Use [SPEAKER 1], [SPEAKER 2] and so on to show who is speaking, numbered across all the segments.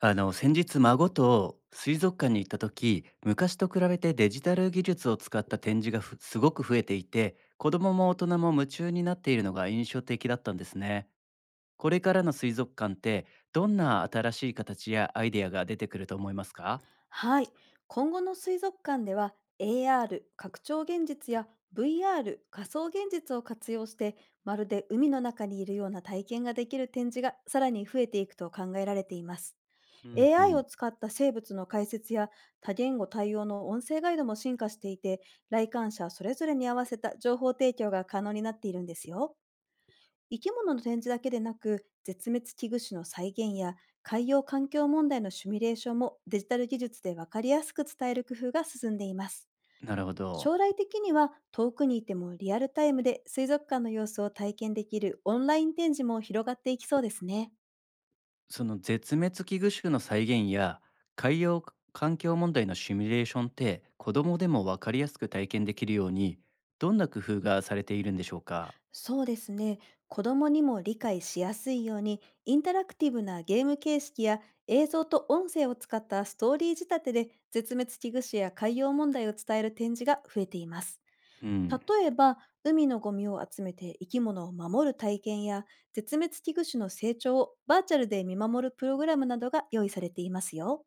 [SPEAKER 1] 先日、孫と水族館に行った時、昔と比べてデジタル技術を使った展示がすごく増えていて、子どもも大人も夢中になっているのが印象的だったんですね。これからの水族館って、どんな新しい形やアイデアが出てくると思いますか？
[SPEAKER 2] はい。今後の水族館では AR 拡張現実や VR 仮想現実を活用して、まるで海の中にいるような体験ができる展示がさらに増えていくと考えられています。
[SPEAKER 1] うんう
[SPEAKER 2] AI
[SPEAKER 1] ん。
[SPEAKER 2] を使った生物の解説や多言語対応の音声ガイドも進化していて、来館者それぞれに合わせた情報提供が可能になっているんですよ。生き物の展示だけでなく、絶滅危惧種の再現や海洋環境問題のシミュレーションもデジタル技術で分かりやすく伝える工夫が進んでいます。
[SPEAKER 1] なるほ
[SPEAKER 2] 将
[SPEAKER 1] ど。
[SPEAKER 2] 来的には遠くにいてもリアルタイムで水族館の様子を体験できるオンライン展示も広がっていきそうですね。
[SPEAKER 1] その絶滅危惧種の再現や海洋環境問題のシミュレーションって、子どもでも分かりやすく体験できるように、どんな工夫がされているんでしょうか？
[SPEAKER 2] そうですね。子供にも理解しやすいように、インタラクティブなゲーム形式や映像と音声を使ったストーリー仕立てで、絶滅危惧種や海洋問題を伝える展示が増えています。
[SPEAKER 1] うん。
[SPEAKER 2] 例えば、海のゴミを集めて生き物を守る体験や、絶滅危惧種の成長をバーチャルで見守るプログラムなどが用意されていますよ。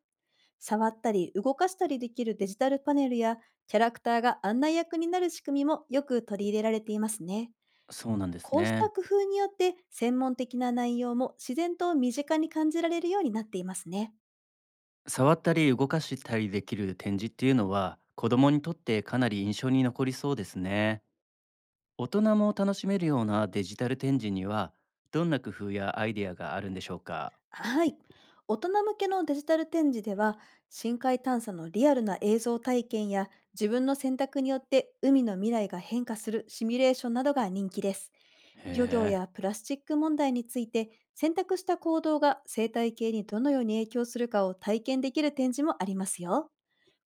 [SPEAKER 2] 触ったり動かしたりできるデジタルパネルや、キャラクターが案内役になる仕組みもよく取り入れられていますね。
[SPEAKER 1] そうなんです
[SPEAKER 2] こうし
[SPEAKER 1] ね。
[SPEAKER 2] た工夫によって専門的な内容も自然と身近に感じられるようになっていますね。
[SPEAKER 1] 触ったり動かしたりできる展示っていうのは、子供にとってかなり印象に残りそうですね。大人も楽しめるようなデジタル展示には、どんな工夫やアイデアがあるんでしょうか？
[SPEAKER 2] はい。大人向けのデジタル展示では、深海探査のリアルな映像体験や自分の選択によって海の未来が変化するシミュレーションなどが人気です。
[SPEAKER 1] へ
[SPEAKER 2] 漁業
[SPEAKER 1] え。
[SPEAKER 2] やプラスチック問題について選択した行動が生態系にどのように影響するかを体験できる展示もありますよ。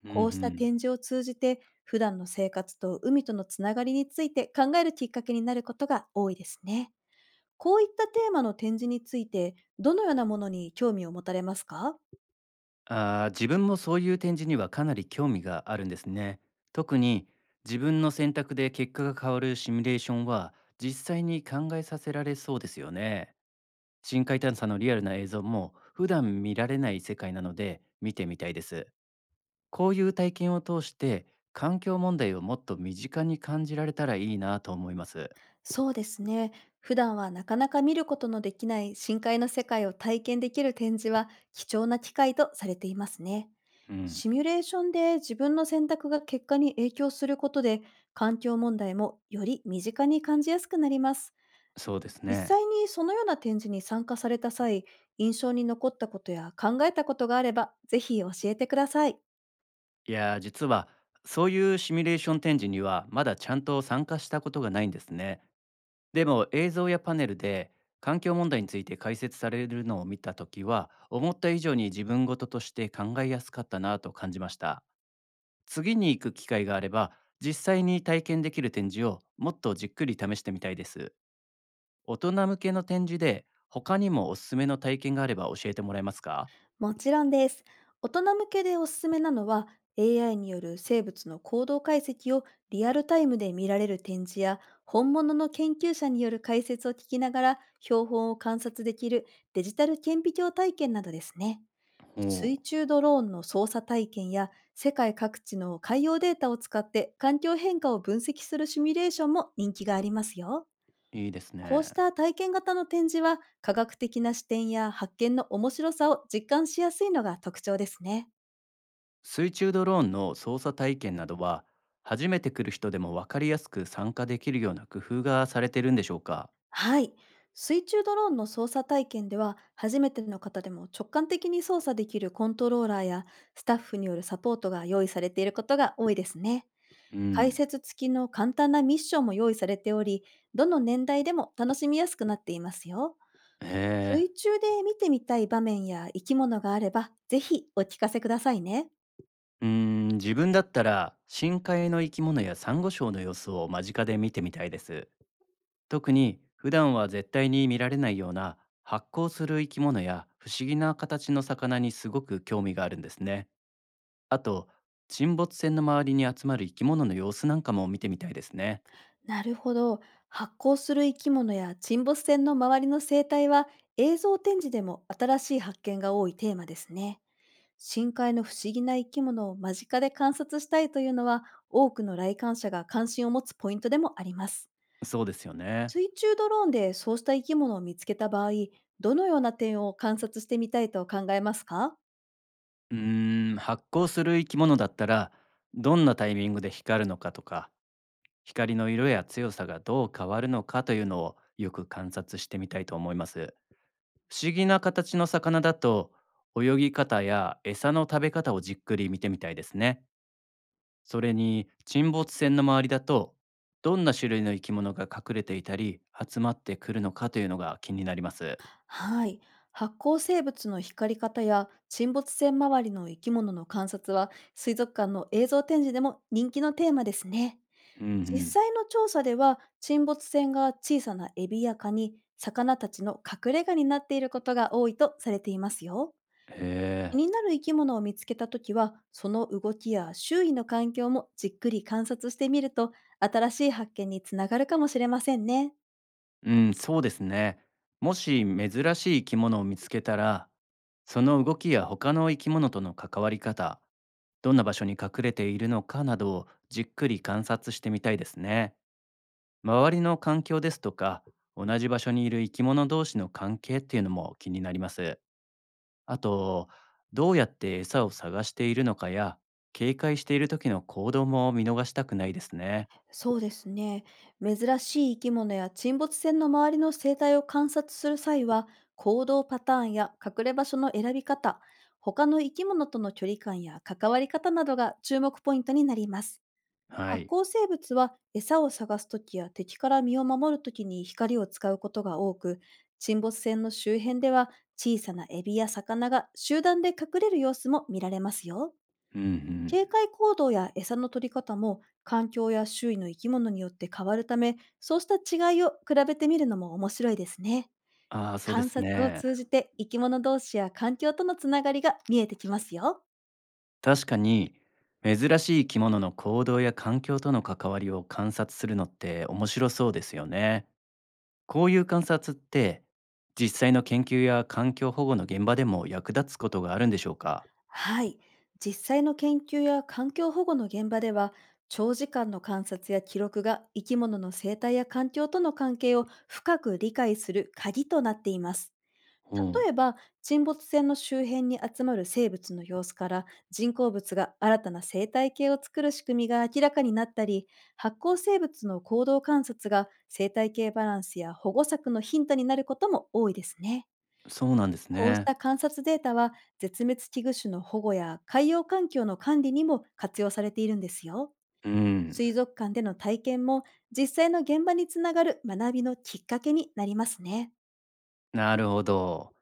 [SPEAKER 1] うんう
[SPEAKER 2] こうした展
[SPEAKER 1] ん。
[SPEAKER 2] 示を通じて、普段の生活と海とのつながりについて考えるきっかけになることが多いですね。こういったテーマの展示について、どのようなものに興味を持たれますか？
[SPEAKER 1] 自分もそういう展示にはかなり興味があるんですね。特に、自分の選択で結果が変わるシミュレーションは、実際に考えさせられそうですよね。深海探査のリアルな映像も、普段見られない世界なので見てみたいです。こういう体験を通して、環境問題をもっと身近に感じられたらいいなと思います。
[SPEAKER 2] そうですね。普段はなかなか見ることのできない深海の世界を体験できる展示は貴重な機会とされていますね。
[SPEAKER 1] うん、
[SPEAKER 2] シミュレーションで自分の選択が結果に影響することで、環境問題もより身近に感じやすくなります。
[SPEAKER 1] そうです
[SPEAKER 2] 実
[SPEAKER 1] ね。
[SPEAKER 2] 際にそのような展示に参加された際、印象に残ったことや考えたことがあれば、ぜひ教えてください。
[SPEAKER 1] いやー、実はそういうシミュレーション展示には、まだちゃんと参加したことがないんですね。でも、映像やパネルで環境問題について解説されるのを見た時は、思った以上に自分事として考えやすかったなと感じました。次に行く機会があれば、実際に体験できる展示をもっとじっくり試してみたいです。大人向けの展示で他にもおすすめの体験があれば教えてもらえますか？
[SPEAKER 2] もちろんです。大人向けでおすすめなのは、 AI による生物の行動解析をリアルタイムで見られる展示や、本物の研究者による解説を聞きながら標本を観察できるデジタル顕微鏡体験などですね。
[SPEAKER 1] おおう。
[SPEAKER 2] 水中ドローンの操作体験や世界各地の海洋データを使って環境変化を分析するシミュレーションも人気がありますよ。
[SPEAKER 1] いいです
[SPEAKER 2] こう
[SPEAKER 1] ね。
[SPEAKER 2] した体験型の展示は科学的な視点や発見の面白さを実感しやすいのが特徴ですね。
[SPEAKER 1] 水中ドローンの操作体験などは、初めて来る人でも分かりやすく参加できるような工夫がされてるんでしょうか？
[SPEAKER 2] はい。水中ドローンの操作体験では、初めての方でも直感的に操作できるコントローラーやスタッフによるサポートが用意されていることが多いですね。
[SPEAKER 1] う
[SPEAKER 2] 解
[SPEAKER 1] ん。
[SPEAKER 2] 説付きの簡単なミッションも用意されており、どの年代でも楽しみやすくなっていますよ。
[SPEAKER 1] へえ。
[SPEAKER 2] 水中で見てみたい場面や生き物があれば、ぜひお聞かせくださいね。
[SPEAKER 1] うー自分だったら、深海の生き物やサンゴ礁の様子を間近で見てみたいです。特に、普段は絶対に見られないような発光する生き物や不思議な形の魚にすごく興味があるんですね。あと、沈没船の周りに集まる生き物の様子なんかも見てみたいですね。
[SPEAKER 2] なるほど。発光する生き物や沈没船の周りの生態は、映像展示でも新しい発見が多いテーマですね。深海の不思議な生き物を間近で観察したいというのは、多くの来館者が関心を持つポイントでもあります。
[SPEAKER 1] そうですよね。
[SPEAKER 2] 水中ドローンでそうした生き物を見つけた場合、どのような点を観察してみたいと考えますか？
[SPEAKER 1] 発光する生き物だったら、どんなタイミングで光るのかとか、光の色や強さがどう変わるのかというのをよく観察してみたいと思います。不思議な形の魚だと、泳ぎ方や餌の食べ方をじっくり見てみたいですね。それに、沈没船の周りだと、どんな種類の生き物が隠れていたり集まってくるのかというのが気になります。
[SPEAKER 2] はい。発光生物の光り方や沈没船周りの生き物の観察は、水族館の映像展示でも人気のテーマですね。
[SPEAKER 1] うんう
[SPEAKER 2] 実
[SPEAKER 1] ん。
[SPEAKER 2] 際の調査では、沈没船が小さなエビやカニ、魚たちの隠れ家になっていることが多いとされていますよ。
[SPEAKER 1] へ
[SPEAKER 2] 気
[SPEAKER 1] え。
[SPEAKER 2] になる生き物を見つけたときは、その動きや周囲の環境もじっくり観察してみると、新しい発見につながるかもしれませんね。
[SPEAKER 1] うん。そうですね。もし珍しい生き物を見つけたら、その動きや他の生き物との関わり方、どんな場所に隠れているのかなどをじっくり観察してみたいですね。周りの環境ですとか、同じ場所にいる生き物同士の関係っていうのも気になります。あと、どうやって餌を探しているのかや、警戒している時の行動も見逃したくないですね。
[SPEAKER 2] そうですね。珍しい生き物や沈没船の周りの生態を観察する際は、行動パターンや隠れ場所の選び方、他の生き物との距離感や関わり方などが注目ポイントになります。
[SPEAKER 1] は
[SPEAKER 2] 発
[SPEAKER 1] い。
[SPEAKER 2] 光生物は餌を探すときや敵から身を守るときに光を使うことが多く、沈没船の周辺では小さなエビや魚が集団で隠れる様子も見られますよ。
[SPEAKER 1] うんうん。
[SPEAKER 2] 警戒行動や餌の取り方も環境や周囲の生き物によって変わるため、そうした違いを比べてみるのも面白いですね。
[SPEAKER 1] ああ、そうで
[SPEAKER 2] 観
[SPEAKER 1] す
[SPEAKER 2] 察を
[SPEAKER 1] ね。
[SPEAKER 2] 通じて生き物同士や環境とのつながりが見えてきますよ。
[SPEAKER 1] 確かに、珍しい生き物の行動や環境との関わりを観察するのって面白そうですよね。こういう観察って、実際の研究や環境保護の現場でも役立つことがあるんでしょうか？
[SPEAKER 2] はい。実際の研究や環境保護の現場では、長時間の観察や記録が生き物の生態や環境との関係を深く理解する鍵となっています。
[SPEAKER 1] うん。
[SPEAKER 2] 例えば、沈没船の周辺に集まる生物の様子から人工物が新たな生態系を作る仕組みが明らかになったり、発光生物の行動観察が生態系バランスや保護策のヒントになることも多いですね。
[SPEAKER 1] そうなんです
[SPEAKER 2] こうし
[SPEAKER 1] ね。
[SPEAKER 2] た観察データは、絶滅危惧種の保護や海洋環境の管理にも活用されているんですよ。
[SPEAKER 1] うん、
[SPEAKER 2] 水族館での体験も、実際の現場につながる学びのきっかけになりますね。
[SPEAKER 1] なるほど。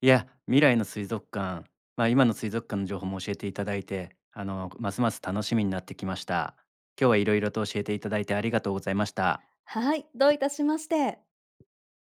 [SPEAKER 1] いや、未来の水族館、まあ、今の水族館の情報も教えていただいて、ますます楽しみになってきました。今日はいろいろと教えていただいて、ありがとうございました。
[SPEAKER 2] はい、どういたしまして。